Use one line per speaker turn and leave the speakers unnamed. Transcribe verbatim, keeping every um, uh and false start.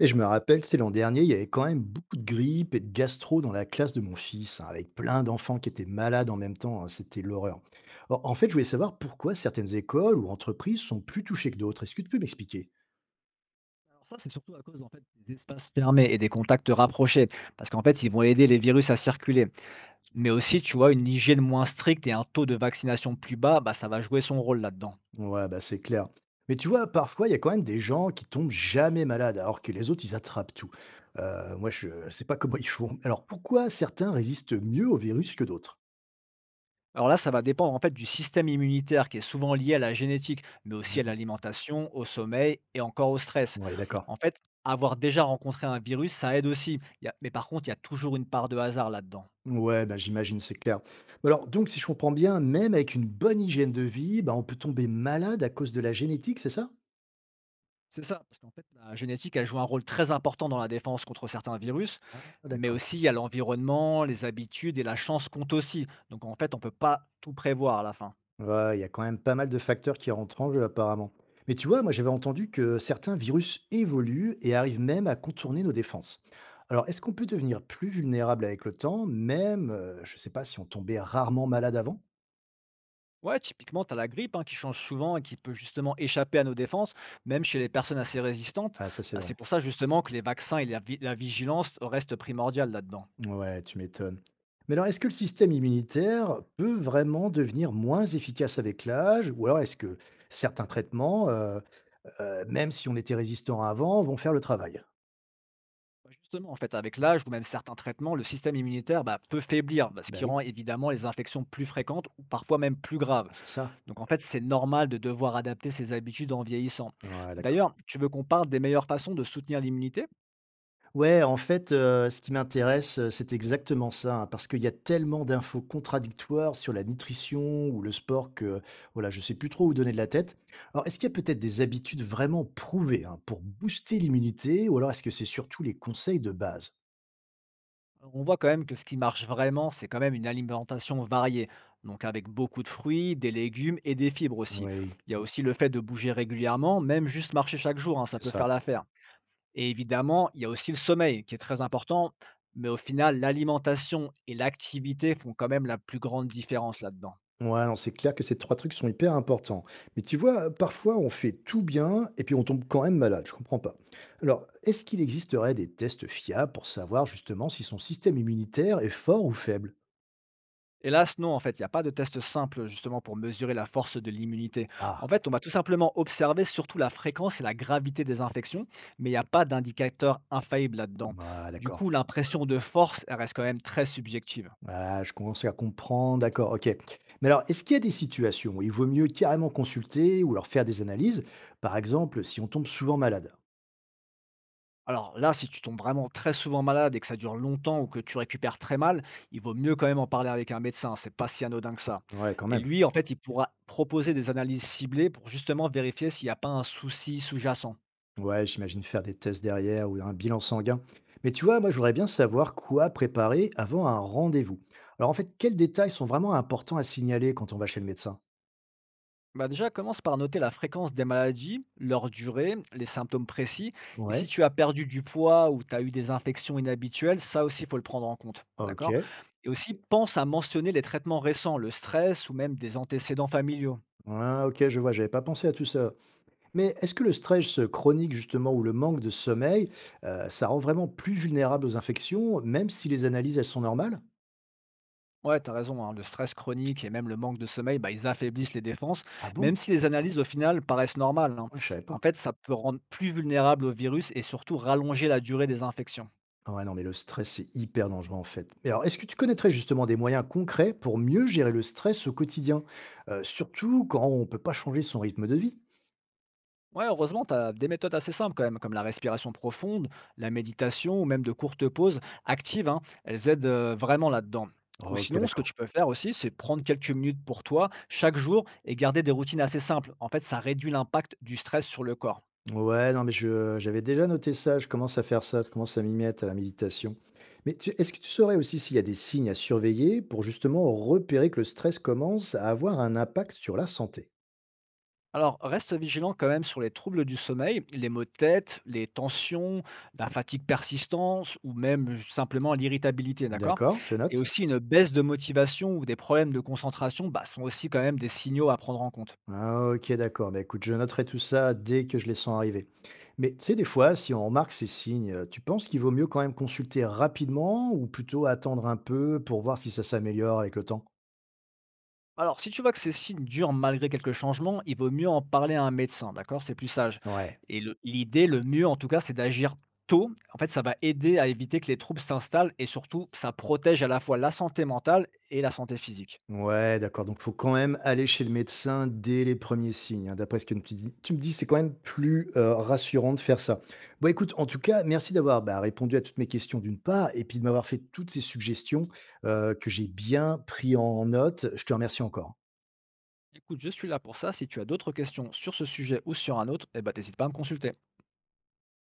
Et je me rappelle, tu l'an dernier, il y avait quand même beaucoup de grippe et de gastro dans la classe de mon fils, hein, avec plein d'enfants qui étaient malades en même temps, hein, c'était l'horreur. Or, En fait, je voulais savoir pourquoi certaines écoles ou entreprises sont plus touchées que d'autres. Est-ce que tu peux m'expliquer?
Alors ça, c'est surtout à cause en fait, des espaces fermés et des contacts rapprochés, parce qu'en fait, ils vont aider les virus à circuler. Mais aussi, tu vois, une hygiène moins stricte et un taux de vaccination plus bas, bah, ça va jouer son rôle là-dedans.
Ouais, bah c'est clair. Mais tu vois, parfois, il y a quand même des gens qui tombent jamais malades, alors que les autres, ils attrapent tout. Euh, moi, je sais pas comment ils font. Alors, pourquoi certains résistent mieux au virus que d'autres?
Alors là, ça va dépendre en fait du système immunitaire qui est souvent lié à la génétique, mais aussi à l'alimentation, au sommeil et encore au stress.
Ouais, d'accord.
En fait, avoir déjà rencontré un virus, ça aide aussi. Il y a- Mais par contre, il y a toujours une part de hasard là-dedans.
Ouais, bah, j'imagine, c'est clair. Mais Alors, donc, si je comprends bien, même avec une bonne hygiène de vie, bah, on peut tomber malade à cause de la génétique, c'est ça?
C'est ça, parce qu'en fait, la génétique, elle joue un rôle très important dans la défense contre certains virus,
Ah,
mais
d'accord.
aussi il y a l'environnement, les habitudes et la chance compte aussi. Donc en fait, on peut pas tout prévoir à la fin.
Ouais, il y a quand même pas mal de facteurs qui rentrent en jeu, apparemment. Mais tu vois, moi, j'avais entendu que certains virus évoluent et arrivent même à contourner nos défenses. Alors, est-ce qu'on peut devenir plus vulnérable avec le temps, même, euh, je sais pas, si on tombait rarement malade avant?
Ouais, typiquement, tu as la grippe hein, qui change souvent et qui peut justement échapper à nos défenses, même chez les personnes assez résistantes.
Ah, ça, c'est
Bah,
vrai.
c'est pour ça justement que les vaccins et la, vi- la vigilance restent primordiales là-dedans.
Ouais, tu m'étonnes. Mais alors, est-ce que le système immunitaire peut vraiment devenir moins efficace avec l'âge, ou alors est-ce que certains traitements, euh, euh, même si on était résistant avant, vont faire le travail?
Bah, justement, en fait, avec l'âge ou même certains traitements, le système immunitaire bah, peut faiblir, bah, ce
Ben
qui
oui,
rend évidemment les infections plus fréquentes ou parfois même plus graves.
ah, c'est ça.
Donc en fait, c'est normal de devoir adapter ses habitudes en vieillissant.
Ouais, d'accord.
D'ailleurs, tu veux qu'on parle des meilleures façons de soutenir l'immunité?
Ouais, en fait, euh, ce qui m'intéresse, euh, c'est exactement ça, hein, parce qu'il y a tellement d'infos contradictoires sur la nutrition ou le sport que, voilà, je sais plus trop où donner de la tête. Alors, est-ce qu'il y a peut-être des habitudes vraiment prouvées, hein, pour booster l'immunité, ou alors est-ce que c'est surtout les conseils de base?
Alors, on voit quand même que ce qui marche vraiment, c'est quand même une alimentation variée, donc avec beaucoup de fruits, des légumes et des fibres aussi.
Oui,
Il y a aussi le fait de bouger régulièrement, même juste marcher chaque jour, hein, ça
c'est
peut
ça.
faire l'affaire. Et évidemment, il y a aussi le sommeil qui est très important, mais au final, l'alimentation et l'activité font quand même la plus grande différence là-dedans.
Ouais, non, c'est clair que ces trois trucs sont hyper importants. Mais tu vois, parfois, on fait tout bien et puis on tombe quand même malade, je comprends pas. Alors, est-ce qu'il existerait des tests fiables pour savoir justement si son système immunitaire est fort ou faible?
Hélas, non, en fait, il n'y a pas de test simple justement pour mesurer la force de l'immunité.
Ah,
En fait, on va tout simplement observer surtout la fréquence et la gravité des infections, mais il n'y a pas d'indicateur infaillible là-dedans.
ah,
Du
d'accord.
coup, l'impression de force, elle reste quand même très subjective.
Ah, je commence à comprendre, d'accord, ok. Mais alors, est-ce qu'il y a des situations où il vaut mieux carrément consulter ou leur faire des analyses, par exemple si on tombe souvent malade?
Alors là, si tu tombes vraiment très souvent malade et que ça dure longtemps ou que tu récupères très mal, il vaut mieux quand même en parler avec un médecin, hein, c'est pas si anodin que ça.
Ouais, quand
Et
même.
lui, en fait, il pourra proposer des analyses ciblées pour justement vérifier s'il n'y a pas un souci sous-jacent.
Ouais, j'imagine faire des tests derrière ou un bilan sanguin. Mais tu vois, moi, je voudrais bien savoir quoi préparer avant un rendez-vous. Alors, en fait, quels détails sont vraiment importants à signaler quand on va chez le médecin?
Bah déjà, commence par noter la fréquence des maladies, leur durée, les symptômes précis. Et si
Ouais,
tu as perdu du poids ou tu as eu des infections inhabituelles, ça aussi, il faut le prendre en compte.
ok.
D'accord? Et aussi, pense à mentionner les traitements récents, le stress ou même des antécédents familiaux.
Ah, ok, je vois, j'avais pas pensé à tout ça. Mais est-ce que le stress chronique, justement, ou le manque de sommeil, euh, ça rend vraiment plus vulnérable aux infections, même si les analyses, elles sont normales?
Ouais, t'as raison, hein, le stress chronique et même le manque de sommeil, bah, ils affaiblissent les défenses,
Ah bon?
même si les analyses au final paraissent normales, hein.
Ouais, je savais
En
pas.
fait, ça peut rendre plus vulnérable au virus et surtout rallonger la durée des infections.
Ouais, non, mais le stress, c'est hyper dangereux en fait. Mais alors, est-ce que tu connaîtrais justement des moyens concrets pour mieux gérer le stress au quotidien? Euh, surtout quand on ne peut pas changer son rythme de vie.
Ouais, heureusement, t'as des méthodes assez simples quand même, comme la respiration profonde, la méditation ou même de courtes pauses actives, hein, elles aident euh, vraiment là-dedans. Ou
Ok,
sinon, ce que
d'accord.
tu peux faire aussi, c'est prendre quelques minutes pour toi chaque jour et garder des routines assez simples. En fait, ça réduit l'impact du stress sur le corps.
Ouais, non, mais je, j'avais déjà noté ça, je commence à faire ça, je commence à m'y mettre à la méditation. Mais tu- est-ce que tu saurais aussi s'il y a des signes à surveiller pour justement repérer que le stress commence à avoir un impact sur la santé?
Alors, reste vigilant quand même sur les troubles du sommeil, les maux de tête, les tensions, la fatigue persistante ou même simplement l'irritabilité, d'accord?
D'accord, je
Et
note.
aussi une baisse de motivation ou des problèmes de concentration bah, sont aussi quand même des signaux à prendre en compte.
Ah, ok, d'accord. Bah, écoute, je noterai tout ça dès que je les sens arriver. Mais tu sais, des fois, si on remarque ces signes, euh, tu penses qu'il vaut mieux quand même consulter rapidement ou plutôt attendre un peu pour voir si ça s'améliore avec le temps?
Alors, si tu vois que ces signes durent malgré quelques changements, il vaut mieux en parler à un médecin, d'accord? C'est plus sage.
Ouais.
Et le- l'idée, le mieux en tout cas, c'est d'agir tôt. En fait, ça va aider à éviter que les troubles s'installent et surtout, ça protège à la fois la santé mentale et la santé physique.
Ouais, d'accord. Donc, faut quand même aller chez le médecin dès les premiers signes, hein. D'après ce que tu dis, tu me dis, c'est quand même plus euh, rassurant de faire ça. Bon, écoute, en tout cas, merci d'avoir bah, répondu à toutes mes questions d'une part et puis de m'avoir fait toutes ces suggestions euh, que j'ai bien pris en note. Je te remercie encore.
Écoute, je suis là pour ça. Si tu as d'autres questions sur ce sujet ou sur un autre, eh ben, t'hésites pas à me consulter.